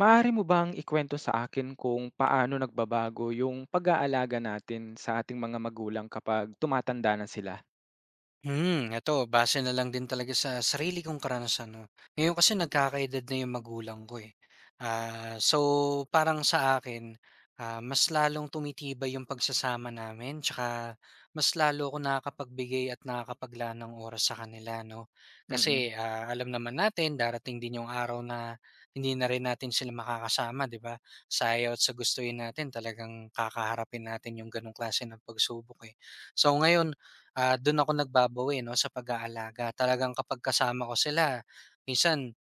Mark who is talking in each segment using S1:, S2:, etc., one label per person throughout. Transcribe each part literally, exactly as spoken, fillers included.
S1: Maaari mo bang ikwento sa akin kung paano nagbabago yung pag-aalaga natin sa ating mga magulang kapag tumatanda na sila?
S2: Hmm, eto base na lang din talaga sa sarili kong karanasan 'no. Ngayon kasi nagkakaedad na yung magulang ko, eh. Ah, so parang sa akin, ah, mas lalong tumitibay yung pagsasama namin tsaka mas lalo ako nakakapagbigay at nakakapaglaan ng oras sa kanila 'no.
S1: Mm.
S2: Kasi, ah, alam naman natin darating din yung araw na hindi na rin natin sila makakasama, 'di ba? Sa ayaw at sa gustuhin natin talagang kakaharapin natin yung gano'ng klase ng pagsubok, eh. So ngayon, Ah, do'n ako nagbabawi 'no, sa pag-aalaga. Talagang kapag kasama ko sila, minsan,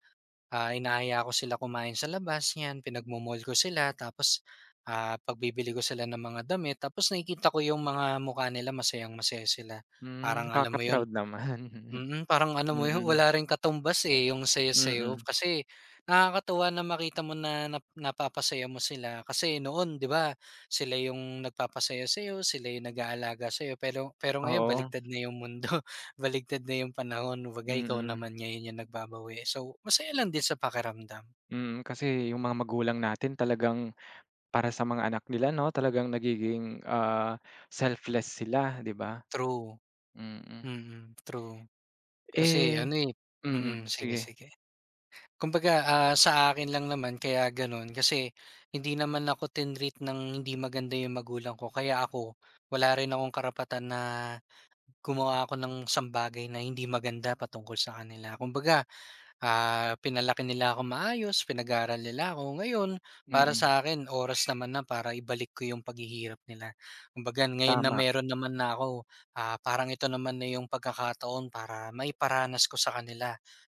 S2: ah, hinahaya ko sila kumain sa labas, 'yan, pinagmo ko sila tapos, ah, pagbibili ko sila ng mga damit tapos nakikita ko yung mga mukha nila masayang-masaya sila.
S1: Hmm,
S2: Parang alam mo yon.
S1: nakaka-proud naman.
S2: Mm, parang alam mo yun,
S1: Mm,
S2: wala ring katumbas, eh, yung sayo sayo
S1: mm.
S2: kasi nakakatuwa na makita mo na nap napapasaya mo sila. Kasi noon 'di ba, sila yung nagpapasaya sa'yo, sila yung nag-aalaga sa'yo. Pero pero ngayon
S1: Oo,
S2: baligtad na yung mundo, baligtad na yung panahon. Kumbaga ikaw
S1: mm.
S2: naman ngayon yung nagbabawi. So, masaya lang din sa pakiramdam.
S1: Mm, kasi yung mga magulang natin talagang para sa mga anak nila 'no, talagang nagiging, ah, selfless sila, 'di ba?
S2: True,
S1: Mm.
S2: mm, true. Kasi
S1: Eh
S2: ano, eh,
S1: mm,
S2: mm, sige,
S1: sige.
S2: sige. Kumbaga, ah, sa akin lang naman kaya gano'n kasi hindi naman ako tinreat ng hindi maganda yung magulang ko kaya ako wala rin akong karapatan na gumawa ako ng isang na hindi maganda patungkol sa kanila. Kumbaga, Ah, pinalaki nila ako maayos, pinag-aral nila ako. Ngayon, para sa
S1: Mm,
S2: akin oras naman na para ibalik ko yung paghihirap nila. Kumbaga ngayon na
S1: tama.
S2: meron naman na ako, ah, parang ito naman na yung pagkakataon para maiparanas ko sa kanila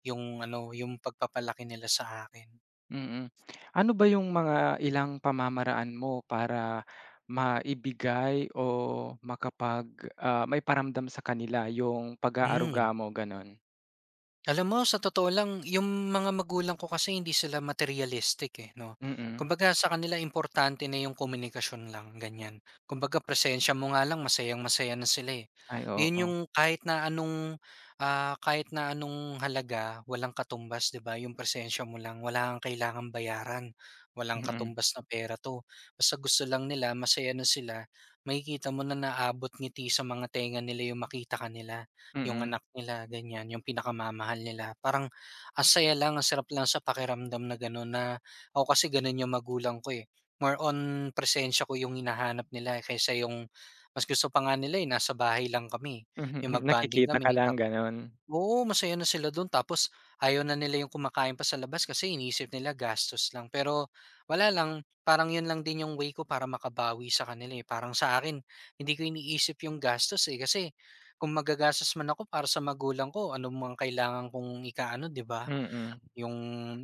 S2: yung ano, yung pagpapalaki nila sa akin.
S1: Mm. Ano ba yung mga ilang pamamaraan mo para maibigay o makapag, ah, maiparamdam sa kanila yung
S2: Hmm.
S1: pag-aaruga mo, gano'n?
S2: Alam mo sa totoo lang, yung mga magulang ko kasi hindi sila materialistic, eh, 'no.
S1: Mm.
S2: Kumbaga sa kanila importante na yung komunikasyon lang, ganyan. Kumbaga presensya mo nga lang masayang-masaya na sila, eh.
S1: Ay,
S2: Yun
S1: oo.
S2: yung kahit na anong, ah, kahit na anong halaga walang katumbas, 'di ba? Yung presensya mo lang, wala kang kailangang bayaran, walang
S1: Mm.
S2: katumbas na pera 'to. Basta gusto lang nila masaya na sila, makikita mo na naabot ngiti sa mga tenga nila yung makita kanila yung
S1: Mm.
S2: anak nila ganyan, yung pinakamamahal nila. Parang ang saya lang, ang sarap lang sa pakiramdam na gano'n na ako kasi gano'n yung magulang ko, eh. More on presensya ko yung hinahanap nila eh, kaysa yung mas gusto pa nga nila, eh, nasa bahay lang kami,
S1: Mhm,
S2: yung
S1: hmm.
S2: mag-bonding
S1: Nakikita ka
S2: kami.
S1: lang gano'n?
S2: Oo, masaya na sila dun tapos ayaw na nila yung kumakain pa sa labas kasi iniisip nila gastos lang. Pero wala lang, parang yun lang din yung way ko para makabawi sa kanila, eh. Parang sa akin, hindi ko iniisip yung gastos, eh, kasi kung magagastos man ako para sa magulang ko, ano mang kailangan kong ikaano, 'di ba?
S1: Mm.
S2: Yung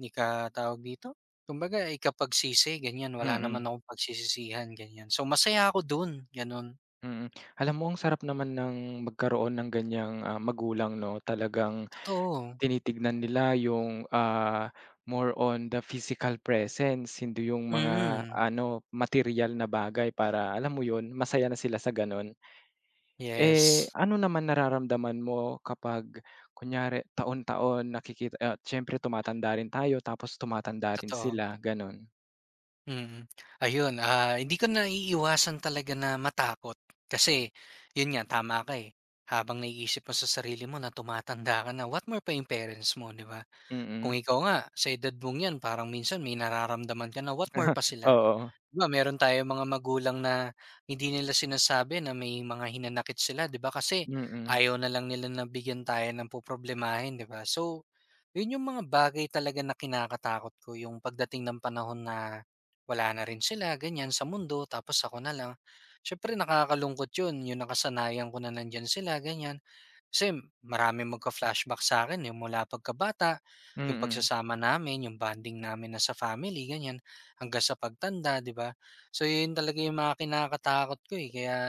S2: ika dito? Kumbaga ikapagsisi, ganyan. Wala naman
S1: Mm.
S2: akong pagsisisihan, ganyan. So masaya ako dun, ganun.
S1: Mm. Alam mo ang sarap naman ng magkaroon ng ganiyang, ah, magulang 'no, talagang
S2: Totoo.
S1: Tinitignan nila yung, ah, more on the physical presence, hindi yung mga
S2: Mm.
S1: ano, material na bagay para alam mo yun, masaya na sila sa gano'n. Eh,
S2: Yes,
S1: ano naman nararamdaman mo kapag kunyari taon-taon nakikita ah, siyempre tumatanda rin tayo tapos tumatanda rin
S2: totoo.
S1: sila, gano'n?
S2: Mm. Ayun, ah, hindi ko naiiwasan talaga na matakot kasi yun nga, tama ka, eh. Habang naiisip mo sa sarili mo na tumatanda ka na, what more pa yung parents mo, 'di ba? Kung
S1: Mm,
S2: ikaw nga, sa edad mong 'yan parang minsan may nararamdaman ka na, what more pa sila.
S1: oo.
S2: 'Di ba meron tayong mga magulang na hindi nila sinasabi na may mga hinanakit sila 'di ba kasi
S1: Mm,
S2: ayaw na lang nila na bigyan tayo ng poproblemahin, 'di ba? So, 'yun yung mga bagay talaga na kinakatakot ko yung pagdating ng panahon na wala na rin sila ganiyan sa mundo tapos ako na lang. Siyempre nakakalungkot 'yun, yung nakasanayan ko na nandiyan sila ganiyan. Kasi maraming magka-flashback sa akin yung mula pagkabata, yung
S1: mm,
S2: pagsasama namin, yung bonding namin na sa family, ganyan, hanggang sa pagtanda, 'di ba? So, yun talaga yung mga kinakatakot ko, eh, kaya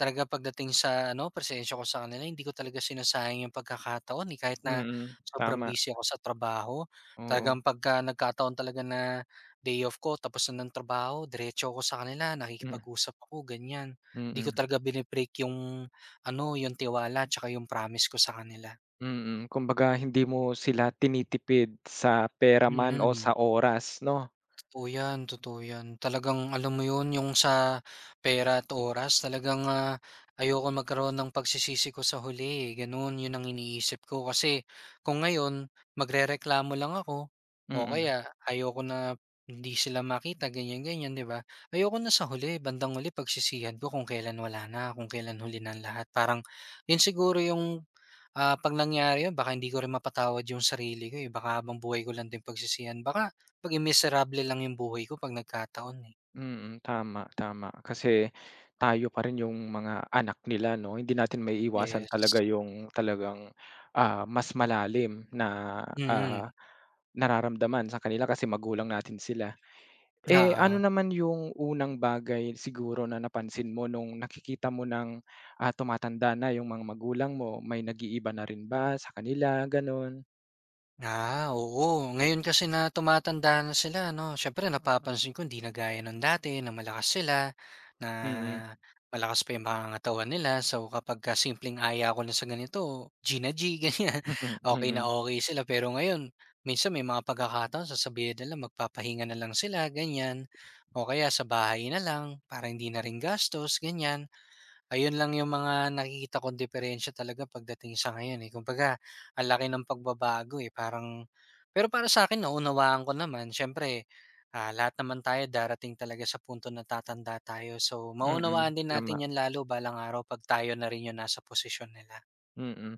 S2: talaga pagdating sa ano, pasensya ko sa kanila hindi ko talaga sinasayang yung pagkakataon, eh, kahit na
S1: mm,
S2: sobrang
S1: tama,
S2: busy ako sa trabaho.
S1: oo.
S2: Talagang pagka nagkataon talaga na day off ko tapos na ng trabaho diretso ako sa kanila,
S1: Hmm,
S2: nakikipag-usap ako ganiyan. Hindi ko
S1: mm.
S2: talaga binibreak yung ano, yung tiwala 'tsaka yung promise ko sa kanila.
S1: Mm, kumbaga hindi mo sila tinitipid sa pera man o sa
S2: Mm.
S1: oras 'no?
S2: Totoo yan, totoo yan. Talagang alam mo yun, yung sa pera at oras, talagang ah, ayoko magkaroon ng pagsisisi ko sa huli, eh. Ganun, yun ang iniisip ko. Kasi kung ngayon, magrereklamo lang ako, o
S1: Mm,
S2: kaya ayoko na hindi sila makita, ganyan, ganyan, di ba? Ayoko na sa huli, bandang huli, pagsisihan ko kung kailan wala na, kung kailan huli na ang lahat. Parang yun siguro yung Ah, 'pag nangyari 'yun baka hindi ko rin mapatawad yung sarili ko, eh, baka habang buhay ko lang din pagsisihan. Baka maging miserable lang yung buhay ko 'pag nagkataon, eh.
S1: mm, tama, tama. Kasi tayo pa rin yung mga anak nila 'no, hindi natin
S2: Hmm.
S1: maiiwasan talaga
S2: Yes,
S1: yung talagang, ah, mas malalim na, ah,
S2: mm,
S1: nararamdaman sa kanila kasi magulang natin sila. Eh, ano
S2: oo.
S1: naman yung unang bagay siguro na napansin mo nung nakikita mo ng, ah, tumatanda na yung mga magulang mo, may nag-iiba na rin ba sa kanila, gano'n?
S2: Ah, oo. Ngayon kasi na tumatanda na sila 'no, siyempre Mm. napapansin ko hindi na gaya nung dati na malakas sila, na
S1: Mm.
S2: malakas pa yung mga pangangatawan nila. So, kapagka simpleng aya ko na sa ganito, G na G ganyan,
S1: Mm,
S2: okey na
S1: mm,
S2: okay sila. Pero ngayon, minsan may mga pagkakataon sasabihin nila magpapahinga na lang sila ganyan o kaya sa bahay na lang para hindi na rin gastos, ganyan. Ayun lang yung mga nakikita kong diperensiya talaga pagdating sa ngayon, eh. Kumbaga ang laki ng pagbabago, eh, parang pero para sa sa'kin naunawaan ko naman siyempre, ah, lahat naman tayo darating talaga sa punto na tatanda tayo. So,
S1: mm,
S2: maunawaan din
S1: tama,
S2: natin 'yan lalo balang araw 'pag tayo na rin yung nasa posisyon nila,
S1: mm.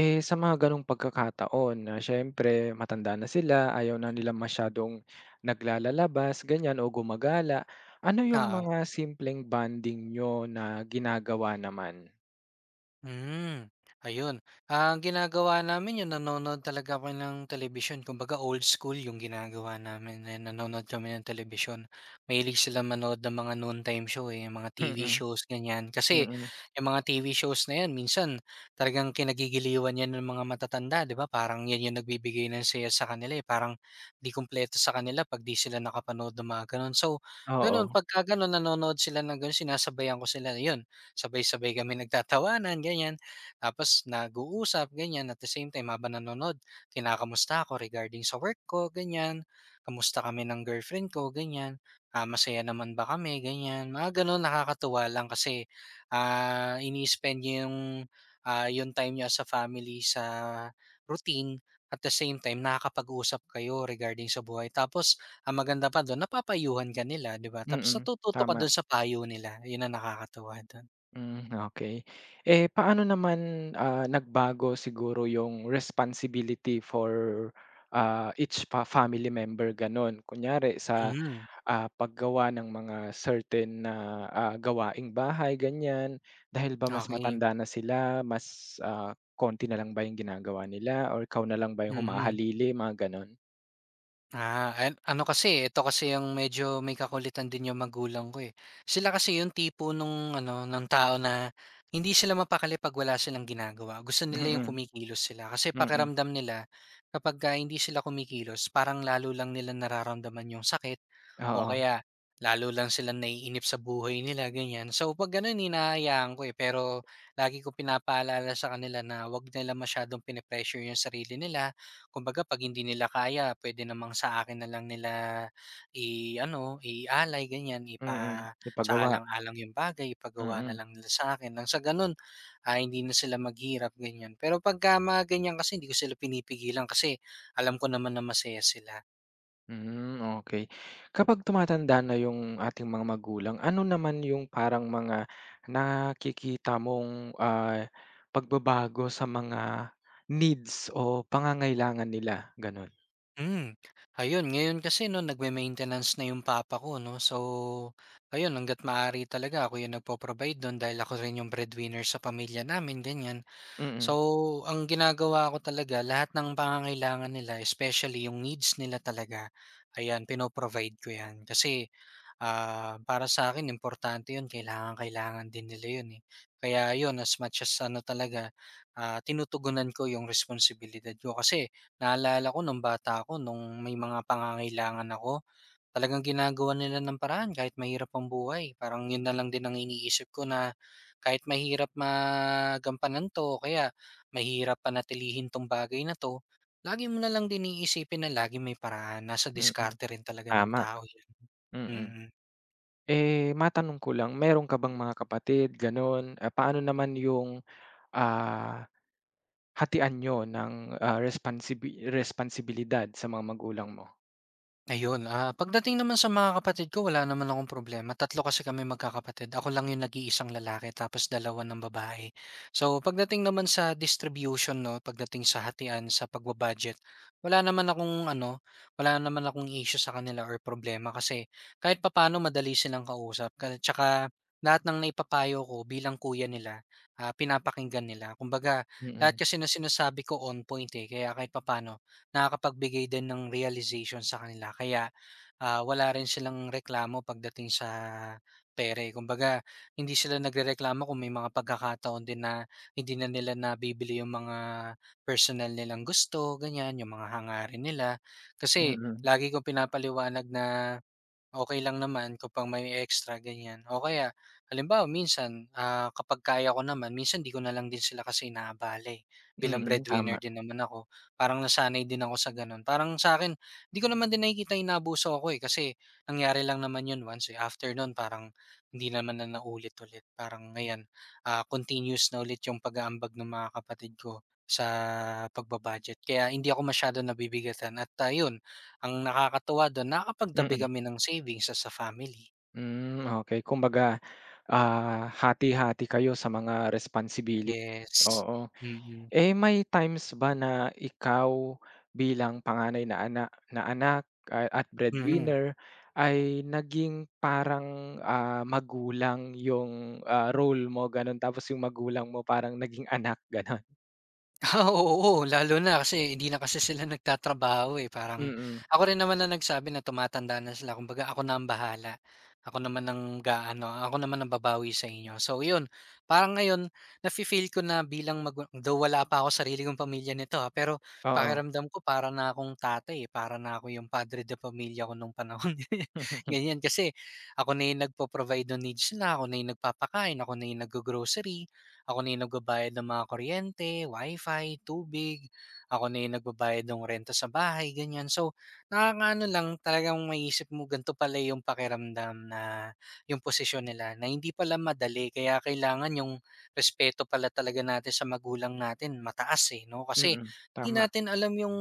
S1: Eh, sa mga gano'ng pagkakataon na siyempre matanda na sila, ayaw na nila masyadong naglalalabas ganyan o gumagala, ano yung
S2: oo.
S1: mga simpleng bonding niyo na ginagawa naman?
S2: Hmm, ayun. Ang ginagawa namin 'yun nanonood talaga kami ng telebisyon, kumbaga old school 'yung ginagawa namin, eh, nanonood kami ng telebisyon. Mahilig sila manood ng mga noontime show, eh, yung mga T V
S1: Mm,
S2: shows ganiyan. Kasi
S1: mm,
S2: 'yung mga T V shows na 'yan minsan talagang kinagigiliwan 'yan ng mga matatanda, 'di ba, parang 'yan 'yung nagbibigay ng saya sa kanila, eh, parang 'di kumpleto sa kanila 'pag 'di sila nakapanood ng mga gano'n. So,
S1: oo,
S2: gano'n pagka gano'n nanonood sila ng gano'n sinasabayan ko sila, ayun, sabay-sabay kami nagtatawanan, ganyan. Tapos nag-uusap, ganyan. At the same time, habang nanonood, kinakamusta ako regarding sa work ko, ganyan. Kamusta kami ng girlfriend ko, ganyan. Ah, masaya naman ba kami, ganyan. Mga ganun, nakakatuwa lang kasi ah, ini-spend niyo yung, ah, yung time niyo sa family sa routine, at the same time nakakapag-usap kayo regarding sa buhay. Tapos ang maganda pa doon napapayuhan ka nila, 'di ba? Tapos
S1: mm,
S2: natututo ka
S1: tama,
S2: doon sa payo nila. 'Yun ang nakakatuwa doon.
S1: hmm, okey. Eh, paano naman, ah, nagbago siguro yung responsibility for, ah, each pa family member gano'n? Kunyari sa
S2: Mhm,
S1: Ah, paggawa ng mga certain na, ah, gawaing bahay ganyan, dahil ba mas
S2: okey,
S1: matanda na sila, mas, ah, konti na lang ba yung ginagawa nila or ikaw na lang ba yung
S2: mhm.
S1: humahalili mga gano'n?
S2: Ah, an Ano kasi, eh, ito kasi yung medyo may kakulitan din yung magulang ko, eh. Sila kasi yung tipo nung ano, ng tao na hindi sila mapakali 'pag wala silang ginagawa. Gusto nila yung
S1: Mm,
S2: kumikilos sila kasi
S1: mm.
S2: pakiramdam nila kapagka hindi sila kumikilos parang lalo lang nila nararamdaman yung sakit o
S1: Oo,
S2: kaya lalo lang silang naiinip sa buhay nila, ganyan. So 'pag gano'n hinahayaan ko, eh, pero lagi ko pinapaalala sa kanila na 'wag nila masyadong pine-pressure yung sarili nila. Kumbaga 'pag hindi nila kaya pwede namang sa akin na lang nila i-ano, ialay ganyan,
S1: mm,
S2: ipa sa
S1: ipagawa,
S2: alang alang yung bagay, ipagawa na
S1: mm.
S2: lang nila sa akin, nang sa gano'n, ah, hindi na sila maghirap ganyan. Pero pagka mga ganyan kasi hindi ko sila pinipigilan kasi alam ko naman na masaya sila.
S1: Hmm, okay. Kapag tumatanda na yung ating mga magulang, ano naman yung parang mga nakikita mong, ah, pagbabago sa mga needs o pangangailangan nila, gano'n?
S2: Hmm, ayun ngayon kasi 'no nagme-maintenance na yung papa ko 'no, so ayun hangga't maaari talaga ako yung nagpo-provide do'n dahil ako rin yung breadwinner sa pamilya namin, ganyan. So,
S1: Mm,
S2: ang ginagawa ko talaga lahat ng pangangailangan nila especially yung needs nila talaga, ayan pino-provide ko 'yan. Kasi, ah, para sa akin importante 'yun kailangang-kailangan din nila 'yun, eh. Kaya 'yun as much as ano talaga, ah, tinutugunan ko yung responsibilidad ko. Kasi naalala ko nung bata ako nung may mga pangangailangan ako, talagang ginagawan nila ng paraan kahit mahirap ang buhay. Parang yun na lang din ang iniisip ko na kahit mahirap magampanan 'to o kaya mahirap panatilihin 'tong bagay na 'to, lagi mo na lang din iisipin na lagi may paraan. Nasa
S1: mm.
S2: diskarte rin talaga ng
S1: Tama,
S2: tao yun, mm.
S1: mm.
S2: Mm.
S1: Eh, matanong ko lang, meron ka bang mga kapatid gano'n? Ah, paano naman yung, ah, hatian niyo ng, ah, responsibi responsibilidad sa mga magulang mo?
S2: Ayun, ah, pagdating naman sa mga kapatid ko wala naman akong problema, tatlo kasi kami magkakapatid, ako lang yung nag-iisang lalaki tapos dalawa ng babae. So pagdating naman sa distribution 'no, pagdating sa hatian, sa pagba-budget, wala naman akong ano, wala naman akong issue sa kanila or problema kasi kahit papaano madali silang kausap ka tsaka lahat ng naipapayo ko bilang kuya nila, ah, pinapakinggan nila. Kumbaga lahat
S1: Mm,
S2: kasi ng sinasabi ko on point, eh, kaya kahit papaano nakakapagbigay din ng realization sa kanila kaya, ah, wala rin silang reklamo pagdating sa pera, eh. Kumbaga hindi sila nagrereklamo kung may mga pagkakataon din na hindi na nila nabibili yung mga personal nilang gusto, ganyan, yung mga hangarin nila. Kasi
S1: mm,
S2: lagi kong pinapaliwanag na okey lang naman kapag may extra ganyan o kaya halimbawa minsan, ah, kapag kaya ko naman minsan 'di ko na lang din sila kasi inaabala, eh, bilang
S1: mm, tama.
S2: breadwinner din naman ako. Parang nasanay din ako sa gano'n. Parang sa akin 'di ko naman din nakikita inabuso ako, eh, kasi nangyari lang naman 'yun once, eh. After no'n parang hindi naman na naulit ulit. Parang ayan, ah, continuous na ulit 'yung pag-aambag ng mga kapatid ko sa pagbabudget kaya hindi ako masyadong nabibigatan at, ah, ang nakakatuwa dun nakakapagtabi
S1: Mm,
S2: kami ng savings as a family.
S1: hmm, okey kumbaga, ah, hati-hati kayo sa mga responsibility,
S2: Yes.
S1: oo.
S2: Mm,
S1: Eh, may times ba na ikaw bilang panganay na anak na anak a at
S2: mm.
S1: breadwinner ay naging parang, ah, magulang yung, ah, role mo gano'n tapos yung magulang mo parang naging anak gano'n?
S2: Ah, oo, oo, lalo na kasi hindi na kasi sila nagtatrabaho, eh, parang
S1: Mm,
S2: ako rin naman ang nagsabi na tumatanda na sila kumbaga ako na ang bahala. Ako naman ang gaano, ako naman ang babawi sa inyo. So yun, parang ngayon nafi-feel ko na bilang magu though wala pa ako sarili kong pamilya nito, ah, pero
S1: oo.
S2: pakiramdam ko para na akong tatay, eh, para na ako yung padre de pamilya ko nung panahon, ganyan. Kasi ako na yung nagpo-provide ng needs na ako na yung nagpapakain, ako na yung naggo-grocery. Ako na yung nagbabayad ng mga kuryente, wifi, tubig. Ako na yung nagbabayad ng renta sa bahay, ganyan. So, nakakaano lang talagang maisip mo, ganito pala yung pakiramdam na yung posisyon nila, na hindi pala madali. Kaya kailangan yung respeto pala talaga natin sa magulang natin, mataas eh, no? Kasi
S1: Mm,
S2: di
S1: tama.
S2: natin alam yung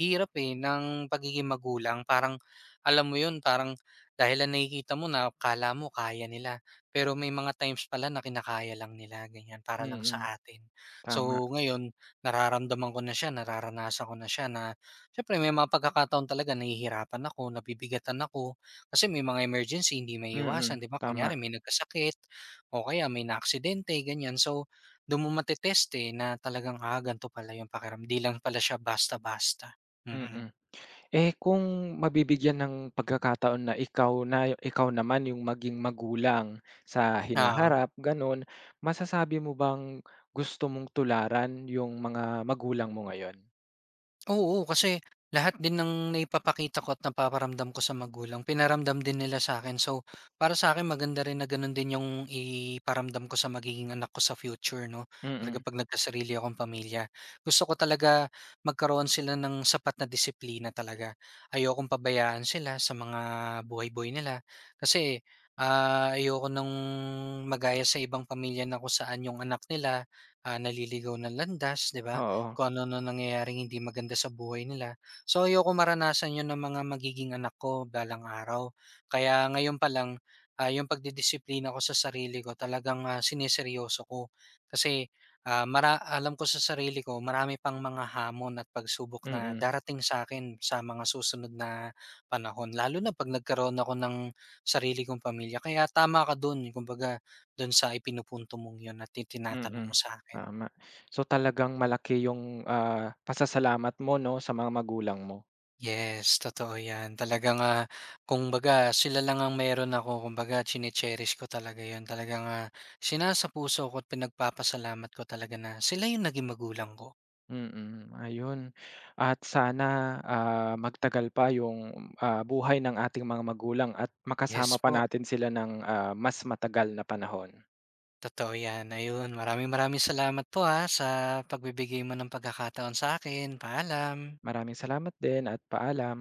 S2: hirap eh ng pagiging magulang. Parang, alam mo yun, parang dahil lang nakikita mo na kala mo kaya nila. Pero may mga times pala na kinakaya lang nila ganyan para lang
S1: Mm,
S2: sa atin.
S1: tama.
S2: So ngayon nararamdaman ko na siya, nararanasan ko na siya na siyempre may mga pagkakataon talaga nahihirapan ako, nabibigatan ako kasi may mga emergency hindi maiiwasan,
S1: Mm,
S2: 'di ba?
S1: tama.
S2: Kunyari may nagkasakit o kaya may naaksidente ganyan. So do'n mo mate eh, na talagang, ah, ganito pala yung pakiram 'di lang pala siya basta-basta. Mm,
S1: Mm. Eh, kung mabibigyan ng pagkakataon na ikaw na ikaw naman yung maging magulang sa
S2: oo.
S1: hinaharap, gano'n, masasabi mo bang gusto mong tularan yung mga magulang mo ngayon?
S2: Oo, kasi lahat din ng naipapakita ko at napaparamdam ko sa magulang pinaramdam din nila sa akin. So, para sa akin maganda rin na gano'n din yung iparamdam ko sa magiging anak ko sa future 'no. Talaga
S1: Mm,
S2: 'pag nagkasarili akong pamilya, gusto ko talaga magkaroon sila ng sapat na disiplina talaga. Ayokong pabayaan sila sa mga buhay-buhay nila kasi, ah, ayoko nung magaya sa ibang pamilya na kung saan yung anak nila, ah, naliligaw ng landas, 'di ba?
S1: oo.
S2: Kung ano-ano nangyayaring hindi maganda sa buhay nila. So, ayoko maranasan 'yun ng mga magiging anak ko balang araw. Kaya ngayon pa lang, ah, 'yung pagdidisiplina ko sa sarili ko talagang, ah, sineseryoso ko. Kasi, ah, mara alam ko sa sarili ko marami pang mga hamon at pagsubok na
S1: Mm,
S2: darating sa akin sa mga susunod na panahon, lalo na 'pag nagkaroon ako ng sarili kong pamilya. Kaya tama ka dun, kumbaga dun sa ipinupunto mong 'yun at itinatanong
S1: mm,
S2: mo sa akin.
S1: tama. So, talagang malaki yung, ah, pasasalamat mo 'no, sa mga magulang mo?
S2: Yes, totoo 'yan. Talagang, ah, kumbaga sila lang ang meron ako. kung Kumbaga chine-cherish ko talaga 'yun. Talagang, ah, sinasa puso ko at pinagpapasalamat ko talaga na sila yung naging magulang ko.
S1: Mm, ayun. At sana, ah, magtagal pa yung, ah, buhay ng ating mga magulang at makasama
S2: Yes
S1: pa
S2: po,
S1: natin sila ng, ah, mas matagal na panahon.
S2: totoo 'yan. Ayun, maraming maraming salamat po, ah, sa pagbibigay mo ng pagkakataon sa akin. Paalam.
S1: Maraming salamat din at paalam.